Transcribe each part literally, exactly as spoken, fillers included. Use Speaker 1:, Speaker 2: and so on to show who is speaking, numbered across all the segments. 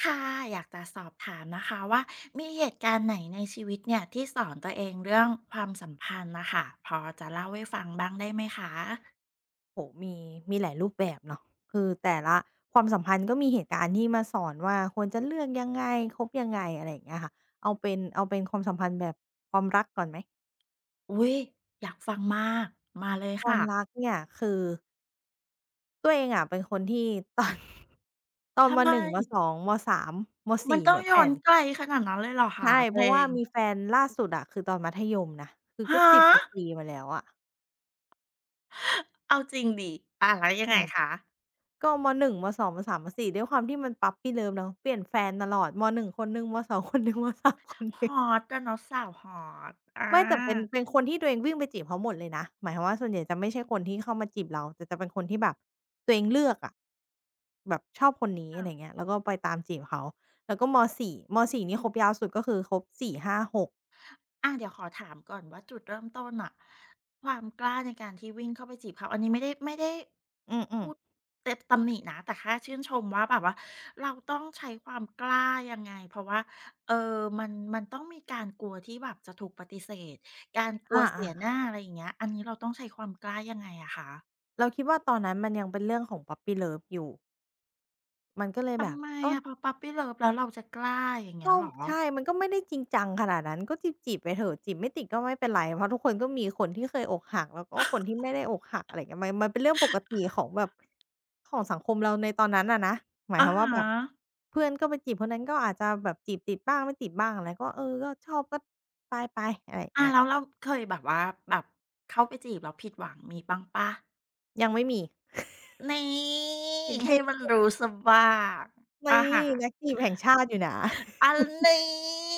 Speaker 1: ค่ะอยากจะสอบถามนะคะว่ามีเหตุการณ์ไหนในชีวิตเนี่ยที่สอนตัวเองเรื่องความสัมพันธ์น่ะค่ะพอจะเล่าให้ฟังบ้างได้ไหมคะ
Speaker 2: โอ้โหมีมีหลายรูปแบบเนาะคือแต่ละความสัมพันธ์ก็มีเหตุการณ์ที่มาสอนว่าควรจะเลือกยังไงคบยังไงอะไรอย่างเงี้ยค่ะเอาเป็นเอาเป็นความสัมพันธ์แบบความรักก่อนไหม
Speaker 1: อุ๊ยอยากฟังมากมาเลย
Speaker 2: ความ
Speaker 1: ค่ะ
Speaker 2: รักเนี่ยคือตัวเองอะเป็นคนที่ตอน ตอนม
Speaker 1: ทำไม
Speaker 2: หนึ่งมสองมสามม
Speaker 1: มัน
Speaker 2: สี่
Speaker 1: ต้อง
Speaker 2: เนี่ย
Speaker 1: ย้อ
Speaker 2: แป่
Speaker 1: น
Speaker 2: น
Speaker 1: ไกลขนาดนั้นเลยเหรอคะ
Speaker 2: ใช่
Speaker 1: ตั
Speaker 2: เพ
Speaker 1: วเอ
Speaker 2: ราะว่า
Speaker 1: ง
Speaker 2: มีแฟนล่าสุดอะคือตอนมัธยมนะคือก็
Speaker 1: ฮะ
Speaker 2: สิบกว่าปีมาแล้วอะ
Speaker 1: เอาจริงดิอาแล้วยังไงคะ
Speaker 2: ก็มหนึ่งมสองมสามมสี่ด้วยความที่มันปั๊ปปี้เลิฟเนาะเปลี่ยนแฟนตลอดมหนึ่งคนหนึ่งมสองคนหนึ่ง มสามคนห
Speaker 1: ฮ
Speaker 2: นึ่ง
Speaker 1: อตอะเนาะสาวฮอตอ
Speaker 2: ไม่แต่เป็น
Speaker 1: า
Speaker 2: เป็นคนที่ตัวเองวิ่งไปจีบเขาหมดเลยนะหมายความว่าส่วนใหญ่จะไม่ใช่คนที่เข้ามาจีบเราแต่จะเป็นคนที่แบบตัวเองเลือกอะแบบชอบคนนี้อะไรอย่าง
Speaker 1: ค่ะ
Speaker 2: เงี้ยแล้วก็ไปตามจีบเขาแล้วก็มสี่มสี่นี่คบยาวสุดก็คือคบสี่ห้าหก
Speaker 1: อ่ะเดี๋ยวขอถามก่อนว่าจุดเริ่มต้นอะความกล้าในการที่วิ่งเข้าไปจีบเขาอันนี้ไม่ได้ไม่ได้
Speaker 2: อื
Speaker 1: พู
Speaker 2: ม
Speaker 1: ด
Speaker 2: ๆ
Speaker 1: เต็มตำหนินะแต่แค่ชื่นชมว่าแบบว่าเราต้องใช้ความกล้ายังไงเพราะว่าเออมันมันต้องมีการกลัวที่แบบจะถูกปฏิเสธการก
Speaker 2: อ
Speaker 1: ลัวเสียห
Speaker 2: า
Speaker 1: น้าอะไรอย่างเงี้ยอันนี้เราต้องใช้ความกล้ายังไงอะคะ
Speaker 2: ๆเราคิดว่าตอนนั้นมันยังเป็นเรื่องของปั๊ปปี้เลิฟอยู่มันก็เลยแบ
Speaker 1: ทำ
Speaker 2: บ
Speaker 1: ไม
Speaker 2: ก็
Speaker 1: อะพอปั๊ u ปี้ l ลิฟแล้วเราจะกล้าอย่างเงี้ย
Speaker 2: ก็
Speaker 1: เหรอ
Speaker 2: ใช่มันก็ไม่ได้จริงจังขนาดนั้นก็จีบๆไปเถอะจีบไม่ติดก็ไม่เป็นไรเพราะทุกคนก็มีคนที่เคยอกหักแล้วก็คนที่ไม่ได้อกหักอะไรเงี้ยมันมันเป็นเรื่องปกติของแบบของสังคมเราในตอนนั้นอะนะหมายค
Speaker 1: อะ
Speaker 2: วาม
Speaker 1: ฮ
Speaker 2: ว่าแบ
Speaker 1: ะ
Speaker 2: บเพื่อนก็ไปจีบคนนั้นก็อาจจะแบบจีบติดบ้างไม่ติดบ้างอะไรก็เออก็ชอบก็ไปๆอะไรอย่าง
Speaker 1: อา
Speaker 2: เงี้ย
Speaker 1: แล้วเราเคยแบบว่าแบบเข้าไปจีบเราผิดหวังมีบ้างปะ
Speaker 2: ยังไม่มี
Speaker 1: นี่
Speaker 2: โอ
Speaker 1: ให้มั
Speaker 2: เค
Speaker 1: นรู้เสียบ้างอะ
Speaker 2: นี่
Speaker 1: ฮะ
Speaker 2: นักจีบแห่งชาติอยู่นะ
Speaker 1: อันนี้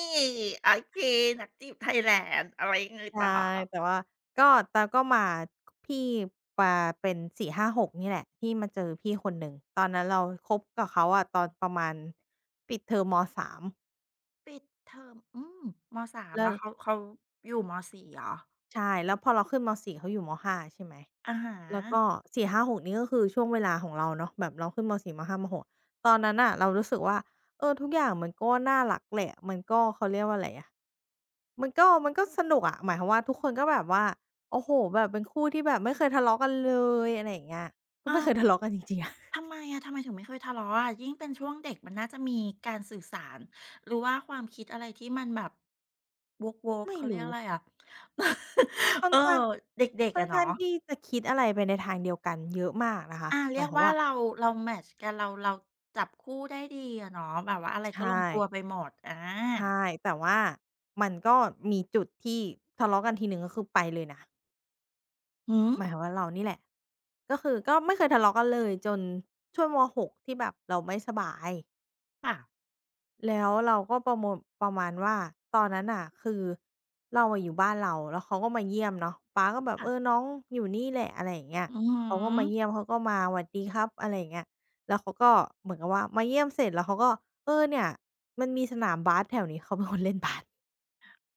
Speaker 1: โอเคนักจีบไทยแลนด์ อะไรยังไง
Speaker 2: ใช่
Speaker 1: ต่อ
Speaker 2: แต่ว่าก็แต่ก็มาพี่มาเป็นสี่ห้า-หกนี่แหละที่มาเจอพี่คนหนึ่งตอนนั้นเราคบกับเขาอะตอนประมาณปิดเทอมมสาม
Speaker 1: ปิดเทอมอืมมสาม
Speaker 2: แล้
Speaker 1: แล้
Speaker 2: ว
Speaker 1: วเขาเขาอยู่มสี่เหรอ
Speaker 2: ใช่แล้วพอเราขึ้นมสี่เขาอยู่มห้าใช่ไหม
Speaker 1: อะฮะ
Speaker 2: แล้วก็สี่ห้าหกนี่ก็คือช่วงเวลาของเราเนาะแบบเราขึ้นมสี่มห้ามหกตอนนั้นน่ะเรารู้สึกว่าเออทุกอย่างมันก็น่ารักแหละมันก็เขาเรียกว่าอะไรอะ มันก็มันก็สนุกอะหมายความว่าทุกคนก็แบบว่าโอ้โฮแบบเป็นคู่ที่แบบไม่เคยทะเลาะกันเลยอะไรอย่างเงี้ยก็
Speaker 1: อ้า
Speaker 2: ไม่เค
Speaker 1: ว
Speaker 2: ยทะเลาะกันจริงๆอะ
Speaker 1: ทำไมอะทำไมถึงไม่เคยทะเลาะอะยิ่งเป็นช่วงเด็กมันน่าจะมีการสื่อสารหรือว่าความคิดอะไรที่มันแบบโว๊กๆ
Speaker 2: ไม่
Speaker 1: เขาเรียก
Speaker 2: รู้
Speaker 1: อะไรอะ
Speaker 2: ค่อ
Speaker 1: เอ
Speaker 2: น
Speaker 1: อ
Speaker 2: ข้าง
Speaker 1: เด็กๆ
Speaker 2: ค่อน
Speaker 1: อะเนาะ
Speaker 2: ข้างที่จะคิดอะไรไปในทางเดียวกันเยอะมากนะคะ
Speaker 1: อา
Speaker 2: ห
Speaker 1: เรี
Speaker 2: มา
Speaker 1: ย
Speaker 2: ย
Speaker 1: ก
Speaker 2: ความ
Speaker 1: ว่า
Speaker 2: ว่า
Speaker 1: เราเราแมตช์กันเราเราจับคู่ได้ดีอะเนาะแบบว่าอะไร
Speaker 2: ใช
Speaker 1: ก็ลง
Speaker 2: ่
Speaker 1: ตัวไปหมดอา
Speaker 2: ใช่แต่ว่ามันก็มีจุดที่ทะเลาะกันทีหนึ่งก็คือไปเลยนะ
Speaker 1: หือ
Speaker 2: หมายความว่าเรานี่แหละก็คือก็ไม่เคยทะเลาะกันเลยจนช่วงมหกที่แบบเราไม่สบาย
Speaker 1: ค่ะ
Speaker 2: แล้วเราก็ประมมลประมาณว่าตอนนั้นน่ะคือเราอะอยู่บ้านเราแล้วเขาก็มาเยี่ยมเนาะป๊าก็แบบ
Speaker 1: ค่ะ
Speaker 2: เออน้องอยู่นี่แหละอะไรอย่างเงี้ย
Speaker 1: อือฮึ
Speaker 2: เขาก็มาเยี่ยมเขาก็มาหวัดดีครับอะไรอย่างเงี้ยแล้วเขาก็เหมือนกับว่ามาเยี่ยมเสร็จแล้วเขาก็เออเนี่ยมันมีสนามบาสแถวนี้เขาเป็นคนเล่นบาส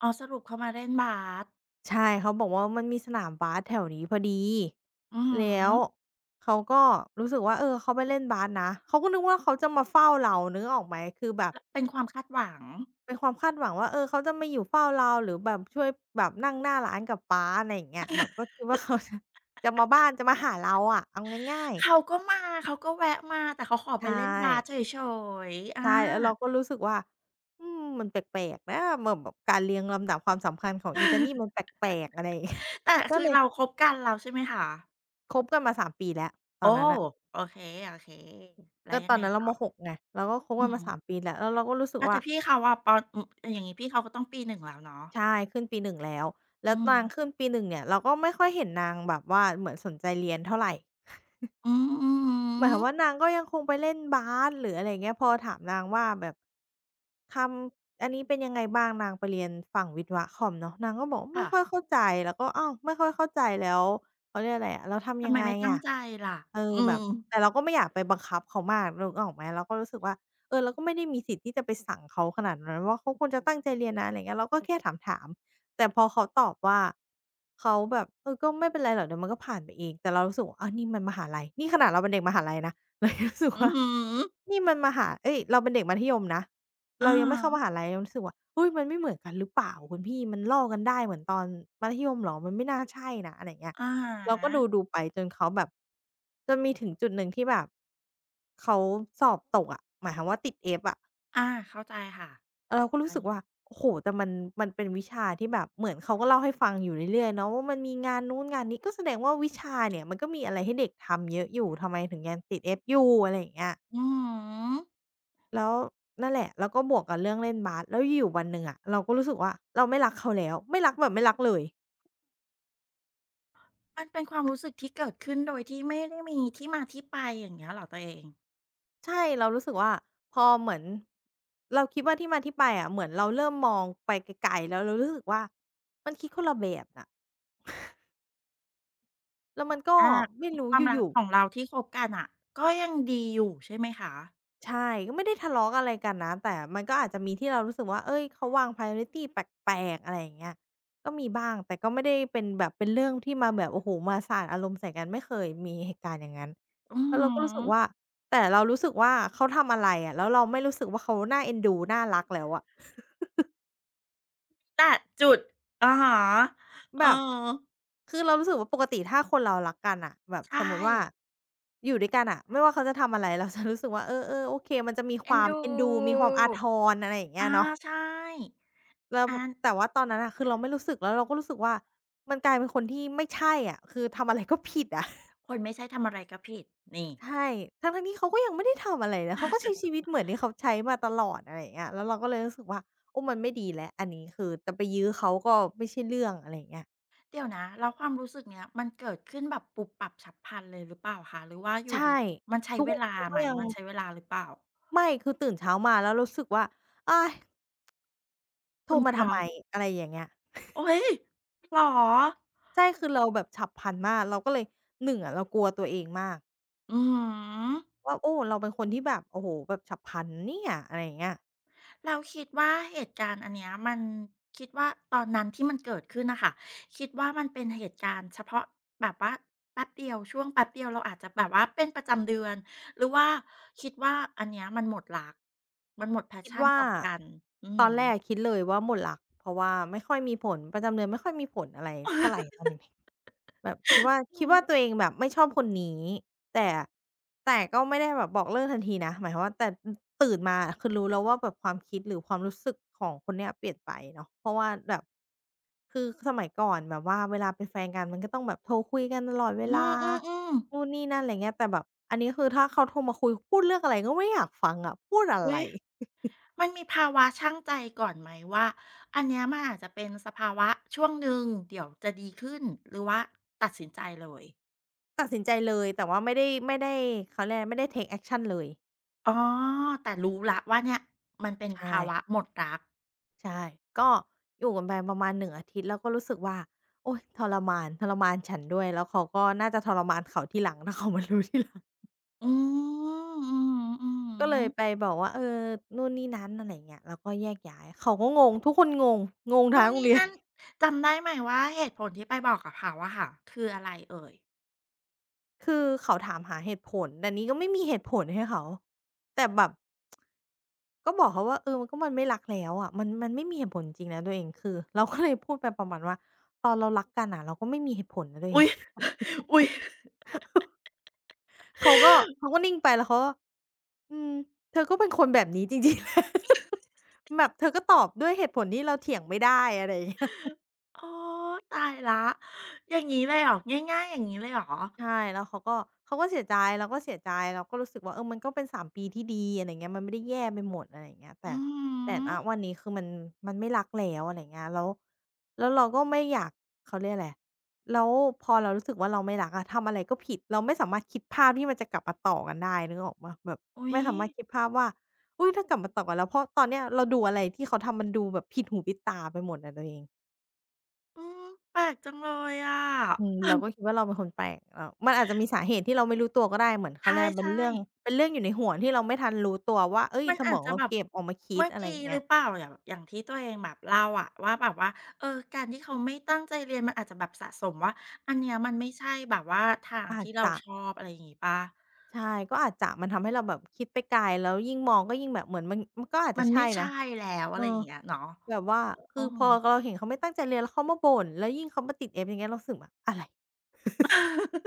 Speaker 1: อ๋อสรุปเขามาเล่นบาส
Speaker 2: ใช่เขาบอกว่ามันมีสนามบาสแถวนี้พอดี
Speaker 1: อือฮ
Speaker 2: แล้ว
Speaker 1: ึ
Speaker 2: เขาก็รู้สึกว่าเออเขาไปเล่นบาสนะเขาก็นึกว่าเขาจะมาเฝ้าเรานึกออกไหมคือแบบ
Speaker 1: ลเป็นความคาดหวัง
Speaker 2: เป็นความคาดหวังว่าเออเขาจะมาอยู่เฝ้าเราหรือแบบช่วยแบบนั่งหน้าร้านกับป๊าอะไรอย่างเงี้ยแบบก็คิดว่า เขาจะจะมาบ้านจะมาหาเราอะเอาง่ายๆ
Speaker 1: เขาก็มาเขาก็แวะมาแต่เขาขอไป
Speaker 2: ใช่
Speaker 1: เล่นบาสเฉยๆอา
Speaker 2: ใช่แล้วเราก็รู้สึกว่าอืมมันแปลกๆนะแบบแบบการเรียงลำดับความสำคัญของอีตานี่มันแป ลกๆอะไรอย่างเงี้ย
Speaker 1: แต่
Speaker 2: ก็
Speaker 1: คือ
Speaker 2: เลย
Speaker 1: เราคบกันแล้วใช่ไหมคะ
Speaker 2: คบกันมาสามปีแล้วต
Speaker 1: โอ้
Speaker 2: อนนั้นน่ะ
Speaker 1: โอเคๆแล้ว
Speaker 2: ก็
Speaker 1: ยั
Speaker 2: ต
Speaker 1: ง
Speaker 2: อน
Speaker 1: ไง
Speaker 2: นั้นเรา
Speaker 1: ต่อ
Speaker 2: มหกไงเราก็คบ
Speaker 1: อื
Speaker 2: กั
Speaker 1: อ
Speaker 2: นมา
Speaker 1: ฮึ
Speaker 2: สามปีแล้วแล้วเราก็รู้สึก
Speaker 1: อ้าว
Speaker 2: ว่า
Speaker 1: แต่พี่เขาอะปออย่างงี้พี่เขาก็ต้องปีหนึ่งแล้วเนาะ
Speaker 2: ใช่ขึ้นปีหนึ่งแล้ว
Speaker 1: อื
Speaker 2: แล้ว
Speaker 1: อฮึ
Speaker 2: นางขึ้นปีหนึ่งเนี่ยเราก็ไม่ค่อยเห็นนางแบบว่าเหมือนสนใจเรียนเท่าไร
Speaker 1: อือหื
Speaker 2: หมายค
Speaker 1: อ
Speaker 2: วามว่านางก็ยังคงไปเล่นบาสหรืออะไรอย่างเงี้ยพอถามนางว่าแบบคำอันนี้เป็นยังไงบ้างนางไปเรียนฝั่งวิศวะคอมเนาะนางก็บอกไม่
Speaker 1: ค่ะ
Speaker 2: ค่อยเข้าใจเราก็อ้าวไม่ค่อยเข้าใจแล้วเขาเรียกอะไรอะแล้วทำ
Speaker 1: ทำ
Speaker 2: ยั
Speaker 1: ไม
Speaker 2: งไง
Speaker 1: ไม่ตั้ง
Speaker 2: อะ
Speaker 1: ใจล่ะ
Speaker 2: เออ
Speaker 1: อื
Speaker 2: แบบ
Speaker 1: ม
Speaker 2: แต่เราก็ไม่อยากไปบังคับเขามากนึกออกไหมเราก็รู้สึกว่าเออเราก็ไม่ได้มีสิทธิ์ที่จะไปสั่งเขาขนาดนั้นว่าเขาควรจะตั้งใจเรียนนะอะไรอย่างเงี้ยเราก็แค่ถามๆ แต่พอเขาตอบว่าเขาแบบเออก็ไม่เป็นไรหรอกเดี๋ยวมันก็ผ่านไปเองแต่เรารู้สึกว่าอ้าวนี่มันมหาลัยนี่ขนาดเราเป็นเด็กมหาลัยนะ เรายังรู้สึก
Speaker 1: อือ
Speaker 2: ว่า
Speaker 1: ฮึ
Speaker 2: นี่มันมหาเอ๊ยเราเป็นเด็กมัธยมนะ
Speaker 1: อะฮ
Speaker 2: เรายังไม่เข้ามหา
Speaker 1: ะ
Speaker 2: ลัยเรารู้สึกว่าเฮ้ยมันไม่เหมือนกันหรือเปล่าคุณพี่มันลอกกันได้เหมือนตอนมัธยมเหรอมันไม่น่าใช่นะอะไรอย่างเงี้ย
Speaker 1: อะฮ
Speaker 2: เราก็
Speaker 1: ะ
Speaker 2: ดูๆไปจนเขาแบบจนมีถึงจุดหนึ่งที่แบบเขาสอบตกอะหมายความว่าติด F อะ
Speaker 1: อาเข้าใจค่ะ
Speaker 2: เราก็รู้
Speaker 1: ได้
Speaker 2: สึกว่า
Speaker 1: ค่ะ
Speaker 2: โอ้โฮแต่มันมันเป็นวิชาที่แบบเหมือนเขาก็เล่าให้ฟังอยู่เรื่อยๆเนาะว่ามันมีงานนู้นงานนี้ก็แสดงว่าวิชาเนี่ยมันก็มีอะไรให้เด็กทำเยอะอยู่ทำไมถึงยังติด F อยู่อะไรอย่างเงี้ย
Speaker 1: อือฮึ
Speaker 2: แล้วนั่นแหละแล้วก็บวกกับเรื่องเล่นบาสแล้วอยู่ๆวันหนึ่งอะเราก็รู้สึกว่าเราไม่รักเขาแล้วไม่รักแบบไม่รักเลย
Speaker 1: มันเป็นความรู้สึกที่เกิดขึ้นโดยที่ไม่ได้มีที่มาที่ไปอย่างเงี้ยเหรอตัวเอง
Speaker 2: ใช่เรารู้สึกว่าพอเหมือนเราคิดว่าที่มาที่ไปอะเหมือนเราเริ่มมองไปไกลๆแล้วเรารู้สึกว่ามันคิดคนละแบบน่ะแล้วมันก็
Speaker 1: อาค
Speaker 2: ไม่
Speaker 1: อค
Speaker 2: รู้
Speaker 1: วามรั
Speaker 2: อ
Speaker 1: ก
Speaker 2: ยู่
Speaker 1: ข
Speaker 2: ๆ
Speaker 1: องเราที่คบกันน่ะก็ยังดีอยู่ใช่ไหมคะ
Speaker 2: ใช่ก็ไม่ได้ทะเลาะอะไรกันนะแต่มันก็อาจจะมีที่เรารู้สึกว่าเฮ้ยเขาวาง priority แปลกๆอะไรอย่างเงี้ยก็มีบ้างแต่ก็ไม่ได้เป็นแบบเป็นเรื่องที่มาแบบโอ้โฮมาสาดอารมณ์ใส่กันไม่เคยมีเหตุการณ์อย่างงั้น
Speaker 1: อือ
Speaker 2: แล้วเรา
Speaker 1: ฮึ
Speaker 2: ก็รู้สึกว่าแต่เรารู้สึกว่าเขาทำอะไรอะแล้วเราไม่รู้สึกว่าเขาน่าเอ็นดูน่ารักแล้วอะ
Speaker 1: แต่จุดอะฮะเออ
Speaker 2: แบบคือเรารู้สึกว่าปกติถ้าคนเรารักกันน่ะแบบส
Speaker 1: ใช่
Speaker 2: มมุติว่าอยู่ด้วยกันน่ะไม่ว่าเขาจะทำอะไรเราจะรู้สึกว่าเออๆโอเคมันจะมีค
Speaker 1: เอ็น
Speaker 2: วาม
Speaker 1: ดู
Speaker 2: เอ็นดูมีความอาทรอะไรอย่างเงี้ย
Speaker 1: อา
Speaker 2: เนาะ
Speaker 1: ใช่
Speaker 2: แล้ว
Speaker 1: อา
Speaker 2: แต่ว่าตอนนั้นน่ะคือเราไม่รู้สึกแล้วเราก็รู้สึกว่ามันกลายเป็นคนที่ไม่ใช่อะคือทำอะไรก็ผิดอะ
Speaker 1: คนไม่ใช่ทำอะไรก็ผิดนี่
Speaker 2: ใช่ทั้งๆที่เขาก็ยังไม่ได้ทำอะไรนะเขาก็ใช้ชีวิตเหมือนที่เขาใช้มาตลอดอะไรอย่างเงี้ยแล้วเราก็เลยรู้สึกว่าโอ้มันไม่ดีแล้วอันนี้คือจะไปยื้อเขาก็ไม่ใช่เรื่องอะไรอย่างเงี้ย
Speaker 1: เดี๋ยวนะแล้วความรู้สึกเนี้ยมันเกิดขึ้นแบบปุบปับฉับพลันเลยหรือเปล่าคะหรือว่าอยู่
Speaker 2: ใช่
Speaker 1: ดีมันใช้
Speaker 2: ทุก
Speaker 1: เว
Speaker 2: วัน
Speaker 1: ลา
Speaker 2: นี้เราก็
Speaker 1: ไหม
Speaker 2: ยัง
Speaker 1: มันใช้เวลาหรือเปล่า
Speaker 2: ไม่คือตื่นเช้ามาแล้วรู้สึกว่าอ้ายโทร
Speaker 1: คุณพ
Speaker 2: มาทำ
Speaker 1: ระ
Speaker 2: ไมอะไรอย่างเงี้ย
Speaker 1: โอ๊ยเหรอ
Speaker 2: ใช่คือเราแบบฉับพลันมากเราก็เลยหนึ่งอะเรากลัวตัวเองมาก
Speaker 1: อื้อฮือ
Speaker 2: ว่าโอ้เราเป็นคนที่แบบโอ้โฮแบบฉับพลันนะเนี่ยอะไรอย่างเงี้ย
Speaker 1: แล้วคิดว่าเหตุการณ์อันเนี้ยมันคิดว่าตอนนั้นที่มันเกิดขึ้นน่ะค่ะคิดว่ามันเป็นเหตุการณ์เฉพาะแบบว่าแป๊บเดียวช่วงแป๊บเดียวเราอาจจะแบบว่าเป็นประจำเดือนหรือว่าคิดว่าอันเนี้ยมันหมดรักมันหมด
Speaker 2: คิด
Speaker 1: passion
Speaker 2: ว่า
Speaker 1: ต่อกันอือ
Speaker 2: ตอนแรก
Speaker 1: ฮึ
Speaker 2: คิดเลยว่าหมดรักเพราะว่าไม่ค่อยมีผลประจำเดือนไม่ค่อยมีผลอะไรเท่าไรตอนเด็กๆ แบบคิดว่าคิ
Speaker 1: อื
Speaker 2: ดว่า
Speaker 1: ม
Speaker 2: ตัวเองแบบไม่ชอบคนนี้แต่แต่ก็ไม่ได้แบบบอกเลิกทันทีนะหมายความว่าแต่อตื่นมาอะคือรู้แล้วว่าแบบความคิดหรือความรู้สึกของคนเนี้ยเปลี่ยนไปเนาะเพราะว่าแบบคือสมัยก่อนแบบว่าเวลาเป็นแฟนกันมันก็ต้องแบบโทรคุยกันตลอดเว
Speaker 1: อื
Speaker 2: ลา
Speaker 1: มอืๆออ
Speaker 2: นู่นนี่นั่นอะไรเงี้ยแต่แบบอันนี้คือถ้าเขาโทรมาคุยพูดเรื่องอะไรก็ไม่อยากฟังอะพูดอะไร
Speaker 1: อุ๊ยมันมีภาวะชั่งใจก่อนไหมว่าอันเนี้ยมันอาจจะเป็นสภาวะช่วงหนึ่งเดี๋ยวจะดีขึ้นหรือว่าตัดสินใจเลย
Speaker 2: ตัดสินใจเลยแต่ว่าไม่ได้ไม่ได้เขาเรียกอะไรไม่ได้ take action เลย
Speaker 1: อ๋อแต่รู้แล้วว่าเนี่ยมันเป็น
Speaker 2: ใช่
Speaker 1: ภาวะหมดรัก
Speaker 2: ใช่ ก็อยู่กันไปประมาณหนึงอาทิตย์แล้วก็รู้สึกว่าโอ๊ยทรมานทรมานฉันด้วยแล้วเขาก็น่าจะทรมานเขาทีหลังถ้าเขามารู้ทีหลัง
Speaker 1: อืมอือฮึอือ
Speaker 2: ก็เลยไป
Speaker 1: ฮึ
Speaker 2: บอกว่าเออนู่นนี่นั้นอะไรอย่างเงี้ยแล้วก็แยกย้ายเขาก็งงทุกคนงงงง
Speaker 1: นู่
Speaker 2: ทั้ง
Speaker 1: น
Speaker 2: โรง
Speaker 1: นี่
Speaker 2: เรียน
Speaker 1: นั่นจำได้ไหมว่าเหตุผลที่ไปบอกกับเขาอะค่ะคืออะไรเอ่ย
Speaker 2: คือเขาถามหาเหตุผลแต่นี้ก็ไม่มีเหตุผลให้เขาแต่แบบก็บอกเขาว่าเออก็มันไม่รักแล้วอะมันมันไม่มีเหตุผลจริงนะตัวเองคือเราก็เลยพูดไปประมาณว่าตอนเรารักกันน่ะเราก็ไม่มีเหตุผลนะตัวเอ
Speaker 1: อุ๊ย
Speaker 2: ง
Speaker 1: อุ๊ย
Speaker 2: เขาก็เขาก็นิ่งไปแล้วเขาก็อืมเธอก็เป็นคนแบบนี้จริงๆแหละ แบบเธอก็ตอบด้วยเหตุผลที่เราเถียงไม่ได้อะไรอย่างเงี้ย
Speaker 1: โอ้ตายแล้วอย่างงี้เลยเหรอง่ายๆอย่างงี้เลยเหรอ
Speaker 2: ใช่แล้วเขาก็เขาก็เสียใจเราก็เสียใจเราก็รู้สึกว่าเออมันก็เป็นสามปีที่ดีอะไรเงี้ยมันไม่ได้แย่ไปหมดอะไรอย่างเงี้ยแต่
Speaker 1: อือ
Speaker 2: แต่ณ
Speaker 1: ฮึ
Speaker 2: วันนี้คือมันมันไม่รักแล้วอะไรเงี้ยแล้วแล้วเราก็ไม่อยากเขาเรียกอะไรแล้วพอเรารู้สึกว่าเราไม่รักอะทำอะไรก็ผิดเราไม่สามารถคิดภาพที่มันจะกลับมาต่อกันได้นึกออกเปล่าแบบ
Speaker 1: อุ๊ย
Speaker 2: ไม่สามารถคิดภาพว่าอุ๊ยถ้ากลับมาต่อกันแล้วเพราะตอนเนี้ยเราดูอะไรที่เขาทำมันดูแบบผิดหูผิดตาไปหมดอะตัวเอง
Speaker 1: อืมแปลกจังเลยอะ
Speaker 2: อืม
Speaker 1: อ้า
Speaker 2: เราก็คิดว่าเราเป็นคนแปลกเอ่อมันอาจจะมีสาเหตุที่เราไม่รู้ตัวก็ได้เหมือน
Speaker 1: ใ
Speaker 2: เขาเรียกเป็น
Speaker 1: ช่
Speaker 2: เรื่อง
Speaker 1: ๆ
Speaker 2: เป็นเรื่องอยู่ในหัวที่เราไม่ทันรู้ตัวว่าเฮ้ย
Speaker 1: มัน
Speaker 2: สม
Speaker 1: อาจ
Speaker 2: อง
Speaker 1: จะ
Speaker 2: เรา
Speaker 1: แบบ
Speaker 2: เก็บออกมาคิด
Speaker 1: เมื่อ
Speaker 2: อะไรอ
Speaker 1: กี้
Speaker 2: ย่าง
Speaker 1: ห
Speaker 2: เงี้
Speaker 1: รื
Speaker 2: ย
Speaker 1: อเปล่าอย่างอย่างที่ตัวเองแบบเล่าอะว่าแบบว่าเออการที่เขาไม่ตั้งใจเรียนมันอาจจะแบบสะสมว่าอันเนี้ยมันไม่ใช่แบบว่าทาง
Speaker 2: อาจ
Speaker 1: ที่เรา
Speaker 2: จะ
Speaker 1: ชอบอะไรอย่างงี้เปล่า
Speaker 2: ใช่ก็อาจจะมันทำให้เราแบบคิดไปไกลแล้วยิ่งมองก็ยิ่งแบบเหมือนมันมันก็อาจ
Speaker 1: มั
Speaker 2: จะ
Speaker 1: นไม่
Speaker 2: ใช่นะ
Speaker 1: ใช่แล้ว
Speaker 2: เอ
Speaker 1: อะ
Speaker 2: อ
Speaker 1: ไรอย่างเงี้ยเนาะ
Speaker 2: แบบว่าคือ
Speaker 1: อือ
Speaker 2: พ
Speaker 1: ฮึ
Speaker 2: อเราเห็นเขาไม่ตั้งใจเรียนแล้วเขามาบ่นแล้วยิ่งเขามาติด เอฟ อย่างเงี้ยเรารู้สึกแบบอะไร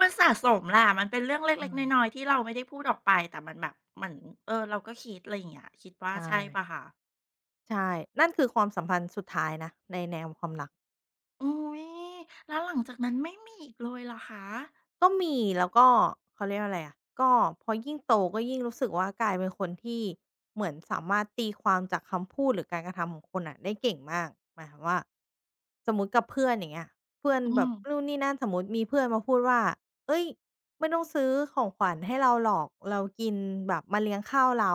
Speaker 1: มันสะสมแหละมันเป็นเรื่อง
Speaker 2: เอ
Speaker 1: เล็กๆ
Speaker 2: อ
Speaker 1: น้อยๆที่เราไม่ได้พูดออกไปแต่มันแบบเหมือนเออเราก็คิดอะไรอย่างเงี้ยคิดว่า
Speaker 2: ใช่
Speaker 1: ใช่เปล่าคะ
Speaker 2: ใช่นั่นคือความสัมพันธ์สุดท้ายนะในแนวความรัก
Speaker 1: อุ๊ยแล้วหลังจากนั้นไม่มีอีกเลยเหรอคะ
Speaker 2: ก็มีแล้วก็เขาเรียกว่าอะไรอะก็พอยิ่งโตก็ยิ่งรู้สึกว่ากลายเป็นคนที่เหมือนสามารถตีความจากคำพูดหรือการกระทำของคนน่ะได้เก่งมากหมายความว่าสมมุติกับเพื่อนอย่างเงี้ยเพื่อน
Speaker 1: อื
Speaker 2: แบบ
Speaker 1: ม
Speaker 2: นู่นนี่นั่นสมมุติมีเพื่อนมาพูดว่าเฮ้ยไม่ต้องซื้อของขวัญให้เราหรอกเรากินแบบมาเลี้ยงข้าวเรา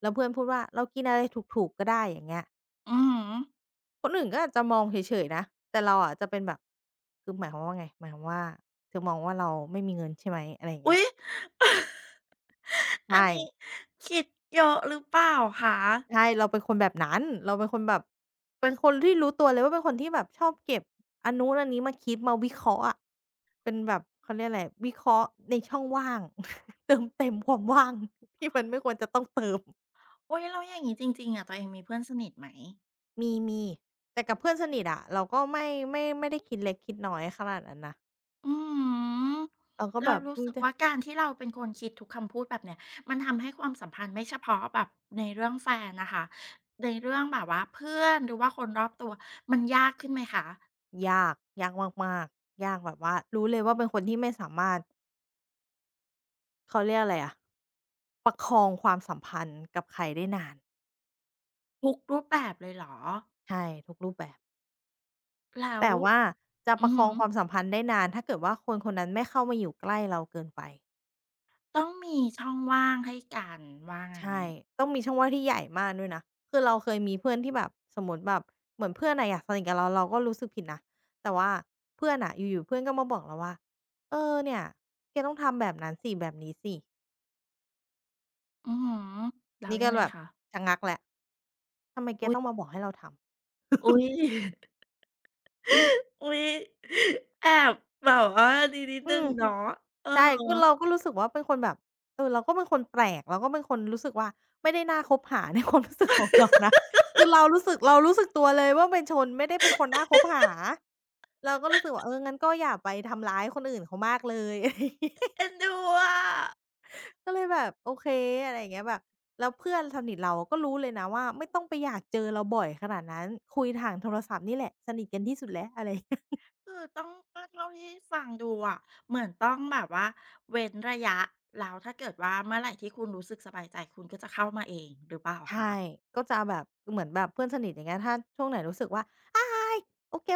Speaker 2: แล้วเพื่อนพูดว่าเรากินอะไรถูกๆก็ได้อย่างเงี้ย
Speaker 1: อือฮึ
Speaker 2: คนอื่นก็อาจจะมองเฉยๆนะแต่เราอะจะเป็นแบบคือหมายความว่าไงหมายความว่าเธอมองว่าเราไม่มีเงินใช่ไหมอะไรอย่างเงี้
Speaker 1: อุ๊
Speaker 2: ย
Speaker 1: ย อั
Speaker 2: ใช่
Speaker 1: นนี้คิดเยอะหรือเปล่าคะ
Speaker 2: ใช่เราเป็นคนแบบนั้นเราเป็นคนแบบเป็นคนที่รู้ตัวเลยว่าเป็นคนที่แบบชอบเก็บอันนู้นอันนี้มาคิดมาวิเคราะห์อะเป็นแบบเขาเรียกอะไรวิเคราะห์ในช่องว่าง เติมเต็มความว่างที่มันไม่ควรจะต้องเติม
Speaker 1: อุ๊ยแล้วอย่างงี้จริงๆอะตัวเองมีเพื่อนสนิทไหม
Speaker 2: มีๆแต่กับเพื่อนสนิทอะเราก็ไม่ไม่ไม่ได้คิดเล็กคิดน้อยขนาดนั้นนะ
Speaker 1: อือฮึ
Speaker 2: เราก็แบ
Speaker 1: เรา
Speaker 2: บ
Speaker 1: รู้
Speaker 2: อืม
Speaker 1: สึก
Speaker 2: จะ
Speaker 1: ว่าการที่เราเป็นคนคิดทุกคำพูดแบบเนี้ยมันทำให้ความสัมพันธ์ไม่เฉพาะแบบในเรื่องแฟนนะคะในเรื่องแบบว่าเพื่อนหรือว่าคนรอบตัวมันยากขึ้นไหมคะ
Speaker 2: ยากยากมากๆยากแบบว่ารู้เลยว่าเป็นคนที่ไม่สามารถเขาเรียกอะไรอะประคองความสัมพันธ์กับใครได้นาน
Speaker 1: ทุกรูปแบบเลยเหรอ
Speaker 2: ใช่ทุกรูปแบบ
Speaker 1: แล้ว
Speaker 2: แต่ว่าจะ
Speaker 1: อื
Speaker 2: ประ
Speaker 1: อ
Speaker 2: ค
Speaker 1: ฮึ
Speaker 2: องความสัมพันธ์ได้นานถ้าเกิดว่าคนคนนั้นไม่เข้ามาอยู่ใกล้เราเกินไป
Speaker 1: ต้องมีช่องว่างให้กันว่างั้น
Speaker 2: ใช่ต้องมีช่องว่างที่ใหญ่มากด้วยนะคือเราเคยมีเพื่อนที่แบบสมมุติแบบเหมือนเพื่อนน่ะอยากสนิทกับเราเราก็รู้สึกผิดนะแต่ว่าเพื่อนน่ะอยู่ๆเพื่อนก็มาบอกเราว่าเออเนี่ยแกต้องทำแบบนั้นสิแบบนี้สิ
Speaker 1: อือฮึแล้ว
Speaker 2: นี่
Speaker 1: ยั
Speaker 2: ก็
Speaker 1: งไง
Speaker 2: แบบ
Speaker 1: คะ
Speaker 2: ชะงักแล้ว ทำไมแก
Speaker 1: อุ๊ย
Speaker 2: ต้องมาบอกให้เราทำ
Speaker 1: อุ๊ย อุ๊ยแอบแบบว่าดีนิด
Speaker 2: อื
Speaker 1: หนึ่ง
Speaker 2: ม
Speaker 1: เนาะเออ
Speaker 2: ใช่คือเราก็รู้สึกว่าเป็นคนแบบเออเราก็เป็นคนแปลกเราก็เป็นคนรู้สึกว่าไม่ได้น่าคบหา ในความรู้สึกของเรานะคือเรารู้สึกเรารู้สึกตัวเลยว่าเป็นชนไม่ได้เป็นคนน่าคบหาเราก็รู้สึกว่าเอองั้นก็อย่าไปทำร้ายคนอื่นเขามากเลย
Speaker 1: เอ็นดูอะ
Speaker 2: ก็เลยแบบโอเคอะไรอย่างเงี้ยแบบแล้วเพื่อนสนิทเราก็รู้เลยนะว่าไม่ต้องไปอยากเจอเราบ่อยขนาดนั้นคุยทางโทรศัพท์นี่แหละสนิทกันที่สุดแล้วอะไร
Speaker 1: คือต้องก็เท่าที่ฟังดูอะเหมือนต้องแบบว่าเว้นระยะแล้วถ้าเกิดว่าเมื่อไหร่ที่คุณรู้สึกสบายใจคุณก็จะเข้ามาเองหรือเปล่าคะ
Speaker 2: ใช่ก็จะแบบเหมือนแบบเพื่อนสนิทอย่างเงี้ยถ้าช่วงไหนรู้สึกว่าอ้ายโอเค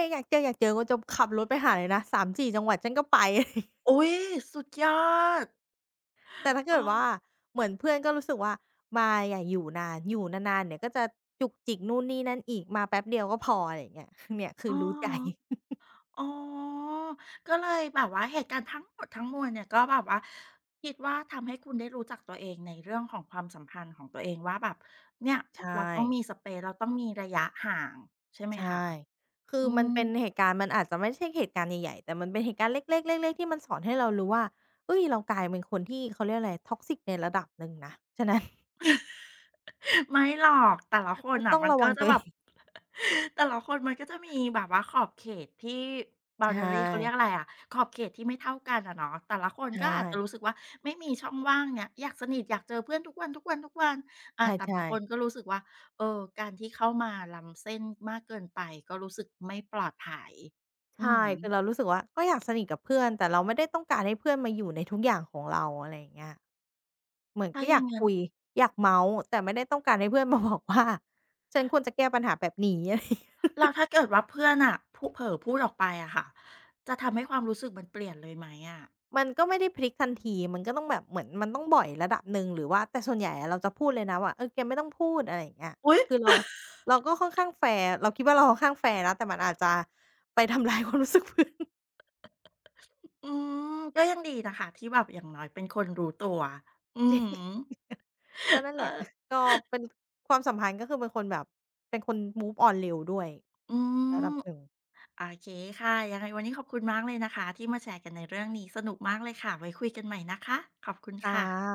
Speaker 2: ๆๆอยากเจออยากเจอก็จะขับรถไปหาเลยนะสามสี่จังหวัดฉันก็ไป
Speaker 1: อุ๊ยสุดยอด
Speaker 2: แต่ถ้า
Speaker 1: เอ
Speaker 2: เกิดว่า
Speaker 1: อ
Speaker 2: เหมือนเพื่อนก็รู้สึกว่าไม่อยากอยู่นานอยู่นานๆเดี๋ยวก็จะจุกจิกนู่นนี่นั่นอีกมาแป๊บเดียวก็พออะไรอย่างเงี้ย เนี่ยคื
Speaker 1: อะ
Speaker 2: อ
Speaker 1: ฮะ
Speaker 2: รู้ใจ
Speaker 1: อ๋อก็เลยแบบว่าเหตุการณ์ทั้งหมดทั้งมวลเนี่ยก็แบบว่าคิดว่าทำให้คุณได้รู้จักตัวเองในเรื่องของความสัมพันธ์ของตัวเองว่าแบบเนี่ย
Speaker 2: ใช
Speaker 1: เรา
Speaker 2: ่
Speaker 1: ต้องมีสเปซเราต้องมีระยะห่างใช่ไหม
Speaker 2: ใช
Speaker 1: คะ
Speaker 2: ่คือ
Speaker 1: อื
Speaker 2: มัน
Speaker 1: ม
Speaker 2: เป็นเหตุการณ์มันอาจจะไม่ใช่เหตุการณ์ใหญ่ๆแต่มันเป็นเหตุการณ์เล็กๆๆๆที่มันสอนให้เรารู้ว่าเฮ้ยเรากลายเป็นคนที่เขาเรียกอะไร ท็อกซิก ในระดับหนึ่งนะฉะนั้น
Speaker 1: ไม่หรอกแต่ละคน
Speaker 2: ก็
Speaker 1: น่ะ
Speaker 2: ต้อง
Speaker 1: มัน
Speaker 2: ระ
Speaker 1: ก็
Speaker 2: วัง
Speaker 1: จะ
Speaker 2: ตัว
Speaker 1: แบ
Speaker 2: เอ
Speaker 1: บ
Speaker 2: ง
Speaker 1: แต่ละคนมันก็จะมีแบบว่าขอบเขตที่
Speaker 2: ใช่
Speaker 1: boundary เขาเรียกอะไรอะขอบเขตที่ไม่เท่ากันอะเนาะแต่ละคน
Speaker 2: ใช่
Speaker 1: ก็อาจจะรู้สึกว่าไม่มีช่องว่างเนี่ยอยากสนิทอยากเจอเพื่อนทุกวันๆ
Speaker 2: ใ
Speaker 1: อาแต่บา
Speaker 2: ช่
Speaker 1: งค
Speaker 2: ๆ
Speaker 1: นก็รู้สึกว่าเออการที่เข้ามาล้ำเส้นมากเกินไปก็รู้สึกไม่ปลอดภัยอือ
Speaker 2: ใช่
Speaker 1: ฮึ
Speaker 2: คือเรารู้สึกว่าก็อยากสนิทกับเพื่อนแต่เราไม่ได้ต้องการให้เพื่อนมาอยู่ในทุกอย่างของเราอะไรอย่างเงี้ยเหมือน
Speaker 1: ถ้า
Speaker 2: ก็
Speaker 1: อ
Speaker 2: อ
Speaker 1: ย่า
Speaker 2: ยา
Speaker 1: ง
Speaker 2: ก
Speaker 1: งั้น
Speaker 2: คุยอยากเมาท์แต่ไม่ได้ต้องการให้เพื่อนมาบอกว่าฉันควรจะแก้ปัญหาแบบนี้อะไรอย่างเงี้ย
Speaker 1: แล้วถ้าเกิดว่าเพื่อนน่ะพูเผลอพูดออกไปอะค่ะจะทำให้ความรู้สึกมันเปลี่ยนเลยไหมอะ
Speaker 2: มันก็ไม่ได้พลิกทันทีมันก็ต้องแบบเหมือนมันต้องบ่อยระดับหนึ่งหรือว่าแต่ส่วนใหญ่อะเราจะพูดเลยนะว่าเออแกไม่ต้องพูดอะไรอย่างเงี้ย
Speaker 1: อุ๊ย
Speaker 2: คือเราเราก็ค่อนข้างแฟร์เราคิดว่าเราค่อนข้างแฟร์นะแต่มันอาจจะไปทำร้ายความรู้สึก เพื่อน
Speaker 1: อืมก็ยังดีนะคะที่แบบอย่างน้อยเป็นคนรู้ตัว อื
Speaker 2: จริ
Speaker 1: อ
Speaker 2: ง
Speaker 1: ฮึ
Speaker 2: ก็นั่น
Speaker 1: เอ
Speaker 2: แหละ
Speaker 1: อ
Speaker 2: ก็เป็นความสัมพันธ์ก็คือเป็นคนแบบเป็นคน มูฟออน เร็วด้วย
Speaker 1: อื
Speaker 2: ระ
Speaker 1: ม
Speaker 2: ดับหนึ่ง
Speaker 1: โอเคค่ะยังไงวันนี้ขอบคุณมากเลยนะคะที่มาแชร์กันในเรื่องนี้สนุกมากเลยค่ะไว้คุยกันใหม่นะคะขอบคุณ
Speaker 2: ค่ะ
Speaker 1: ค่ะ